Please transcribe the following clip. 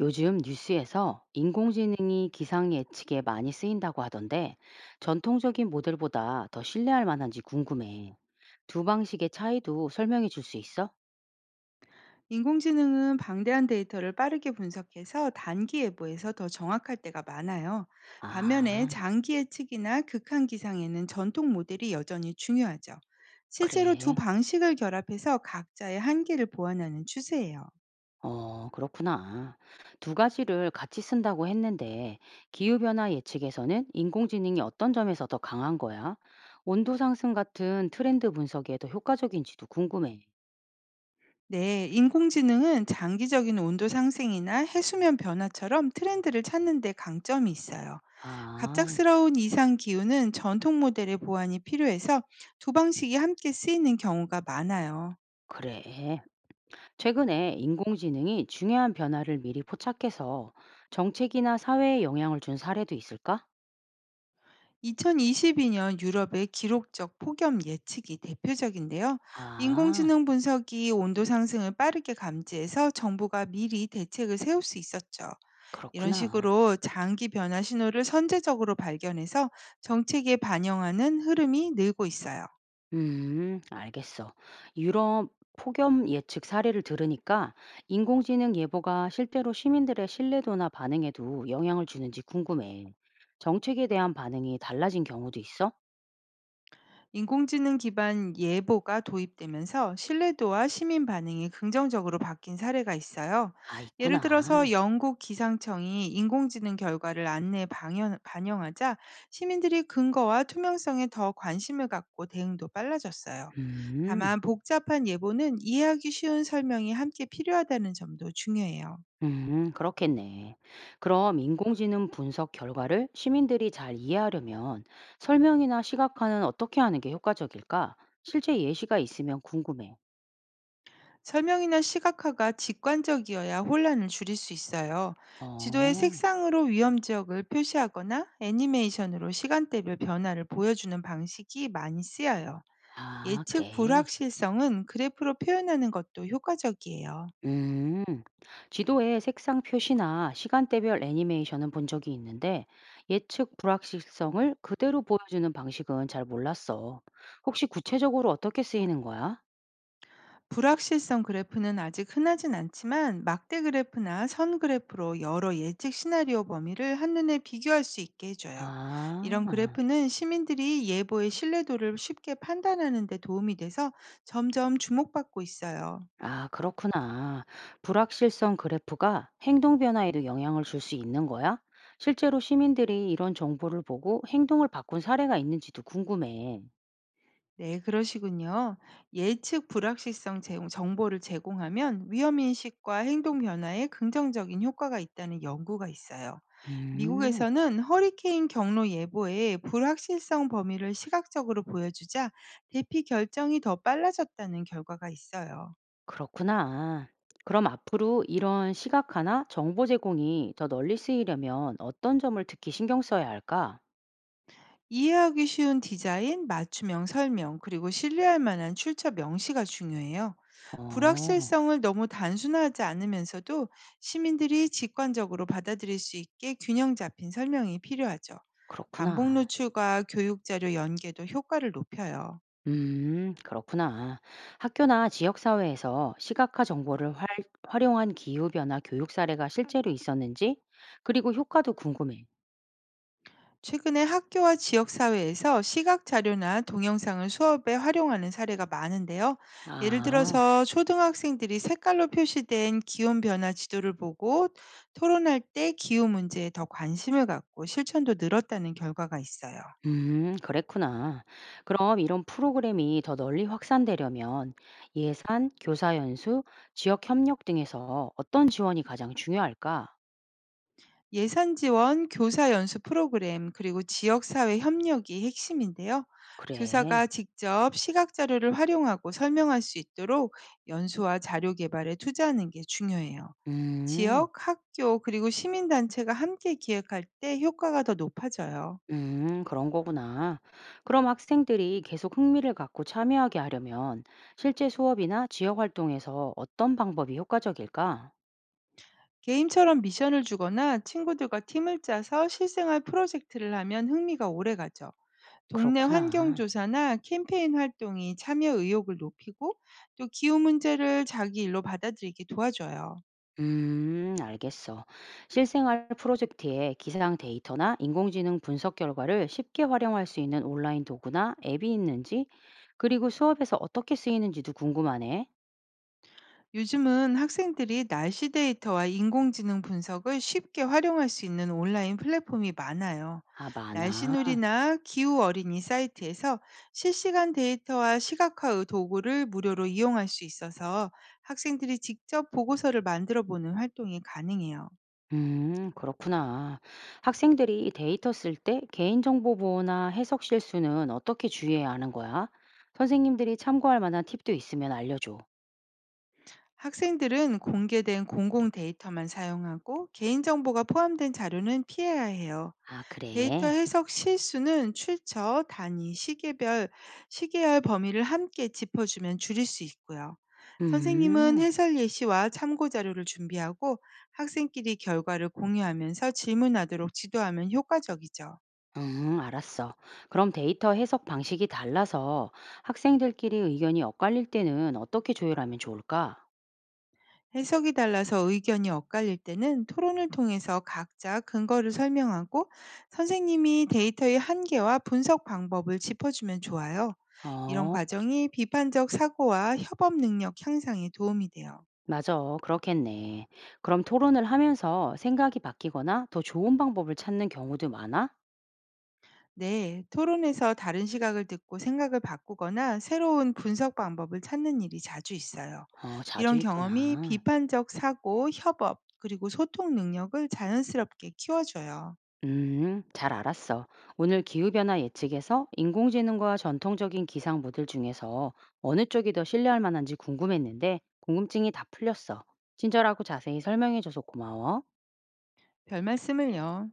요즘 뉴스에서 인공지능이 기상 예측에 많이 쓰인다고 하던데 전통적인 모델보다 더 신뢰할 만한지 궁금해. 두 방식의 차이도 설명해 줄 수 있어? 인공지능은 방대한 데이터를 빠르게 분석해서 단기 예보에서 더 정확할 때가 많아요. 반면에 아, 장기 예측이나 극한 기상에는 전통 모델이 여전히 중요하죠. 실제로 두 그래. 방식을 결합해서 각자의 한계를 보완하는 추세예요. 그렇구나. 두 가지를 같이 쓴다고 했는데 기후변화 예측에서는 인공지능이 어떤 점에서 더 강한 거야? 온도 상승 같은 트렌드 분석에 더 효과적인지도 궁금해. 네, 인공지능은 장기적인 온도 상승이나 해수면 변화처럼 트렌드를 찾는 데 강점이 있어요. 아, 갑작스러운 이상 기후는 전통 모델의 보완이 필요해서 두 방식이 함께 쓰이는 경우가 많아요. 그래. 최근에 인공지능이 중요한 변화를 미리 포착해서 정책이나 사회에 영향을 준 사례도 있을까? 2022년 유럽의 기록적 폭염 예측이 대표적인데요. 아, 인공지능 분석이 온도 상승을 빠르게 감지해서 정부가 미리 대책을 세울 수 있었죠. 이런 그렇구나. 식으로 장기 변화 신호를 선제적으로 발견해서 정책에 반영하는 흐름이 늘고 있어요. 알겠어. 유럽 폭염 예측 사례를 들으니까 인공지능 예보가 실제로 시민들의 신뢰도나 반응에도 영향을 주는지 궁금해. 정책에 대한 반응이 달라진 경우도 있어? 인공지능 기반 예보가 도입되면서 신뢰도와 시민 반응이 긍정적으로 바뀐 사례가 있어요. 아, 예를 있구나. 들어서 영국 기상청이 인공지능 결과를 안내에 반영하자 시민들이 근거와 투명성에 더 관심을 갖고 대응도 빨라졌어요. 음. 다만 복잡한 예보는 이해하기 쉬운 설명이 함께 필요하다는 점도 중요해요. 그렇겠네. 그럼 인공지능 분석 결과를 시민들이 잘 이해하려면 설명이나 시각화는 어떻게 하는 게 효과적일까? 실제 예시가 있으면 궁금해. 설명이나 시각화가 직관적이어야 혼란을 줄일 수 있어요. 지도에 어, 색상으로 위험 지역을 표시하거나 애니메이션으로 시간대별 변화를 보여주는 방식이 많이 쓰여요. 아, 예측 그래. 불확실성은 그래프로 표현하는 것도 효과적이에요. 음, 지도에 색상 표시나 시간대별 애니메이션은 본 적이 있는데 예측 불확실성을 그대로 보여주는 방식은 잘 몰랐어. 혹시 구체적으로 어떻게 쓰이는 거야? 불확실성 그래프는 아직 흔하진 않지만 막대 그래프나 선 그래프로 여러 예측 시나리오 범위를 한눈에 비교할 수 있게 해줘요. 이런 아. 그래프는 시민들이 예보의 신뢰도를 쉽게 판단하는 데 도움이 돼서 점점 주목받고 있어요. 아, 그렇구나. 불확실성 그래프가 행동 변화에도 영향을 줄 수 있는 거야? 실제로 시민들이 이런 정보를 보고 행동을 바꾼 사례가 있는지도 궁금해. 네, 그러시군요. 예측 불확실성 정보를 제공하면 위험인식과 행동 변화에 긍정적인 효과가 있다는 연구가 있어요. 음, 미국에서는 허리케인 경로 예보에 불확실성 범위를 시각적으로 보여주자 대피 결정이 더 빨라졌다는 결과가 있어요. 그렇구나. 그럼 앞으로 이런 시각화나 정보 제공이 더 널리 쓰이려면 어떤 점을 특히 신경 써야 할까? 이해하기 쉬운 디자인, 맞춤형 설명, 그리고 신뢰할 만한 출처 명시가 중요해요. 어, 불확실성을 너무 단순화하지 않으면서도 시민들이 직관적으로 받아들일 수 있게 균형 잡힌 설명이 필요하죠. 반복 그렇구나. 노출과 교육 자료 연계도 효과를 높여요. 그렇구나. 학교나 지역사회에서 시각화 정보를 활용한 기후변화 교육 사례가 실제로 있었는지, 그리고 효과도 궁금해. 최근에 학교와 지역사회에서 시각 자료나 동영상을 수업에 활용하는 사례가 많은데요. 예를 아, 들어서 초등학생들이 색깔로 표시된 기온 변화 지도를 보고 토론할 때 기후 문제에 더 관심을 갖고 실천도 늘었다는 결과가 있어요. 그랬구나. 그럼 이런 프로그램이 더 널리 확산되려면 예산, 교사 연수, 지역 협력 등에서 어떤 지원이 가장 중요할까? 예산 지원, 교사 연수 프로그램, 그리고 지역사회 협력이 핵심인데요. 그래. 교사가 직접 시각 자료를 활용하고 설명할 수 있도록 연수와 자료 개발에 투자하는 게 중요해요. 음. 지역, 학교, 그리고 시민단체가 함께 기획할 때 효과가 더 높아져요. 그런 거구나. 그럼 학생들이 계속 흥미를 갖고 참여하게 하려면 실제 수업이나 지역 활동에서 어떤 방법이 효과적일까? 게임처럼 미션을 주거나 친구들과 팀을 짜서 실생활 프로젝트를 하면 흥미가 오래 가죠. 동네 환경 그렇구나. 조사나 캠페인 활동이 참여 의욕을 높이고 또 기후 문제를 자기 일로 받아들이게 도와줘요. 알겠어. 실생활 프로젝트에 기상 데이터나 인공지능 분석 결과를 쉽게 활용할 수 있는 온라인 도구나 앱이 있는지, 그리고 수업에서 어떻게 쓰이는지도 궁금하네. 요즘은 학생들이 날씨 데이터와 인공지능 분석을 쉽게 활용할 수 있는 온라인 플랫폼이 많아요. 아, 많아. 날씨놀이나 기후 어린이 사이트에서 실시간 데이터와 시각화 도구를 무료로 이용할 수 있어서 학생들이 직접 보고서를 만들어 보는 활동이 가능해요. 그렇구나. 학생들이 데이터 쓸 때 개인정보 보호나 해석 실수는 어떻게 주의해야 하는 거야? 선생님들이 참고할 만한 팁도 있으면 알려줘. 학생들은 공개된 공공 데이터만 사용하고 개인정보가 포함된 자료는 피해야 해요. 아, 데이터 그래? 해석 실수는 출처, 단위, 시계열 범위를 함께 짚어주면 줄일 수 있고요. 선생님은 음, 해설 예시와 참고 자료를 준비하고 학생끼리 결과를 공유하면서 질문하도록 지도하면 효과적이죠. 알았어. 그럼 데이터 해석 방식이 달라서 학생들끼리 의견이 엇갈릴 때는 어떻게 조율하면 좋을까? 해석이 달라서 의견이 엇갈릴 때는 토론을 통해서 각자 근거를 설명하고 선생님이 데이터의 한계와 분석 방법을 짚어주면 좋아요. 이런 어, 과정이 비판적 사고와 협업 능력 향상에 도움이 돼요. 맞아. 그렇겠네. 그럼 토론을 하면서 생각이 바뀌거나 더 좋은 방법을 찾는 경우도 많아? 네, 토론에서 다른 시각을 듣고 생각을 바꾸거나 새로운 분석 방법을 찾는 일이 자주 있어요. 어, 자주 이런 경험이 있구나. 비판적 사고, 협업, 그리고 소통 능력을 자연스럽게 키워줘요. 잘 알았어. 오늘 기후변화 예측에서 인공지능과 전통적인 기상 모델 중에서 어느 쪽이 더 신뢰할 만한지 궁금했는데 궁금증이 다 풀렸어. 친절하고 자세히 설명해줘서 고마워. 별 말씀을요.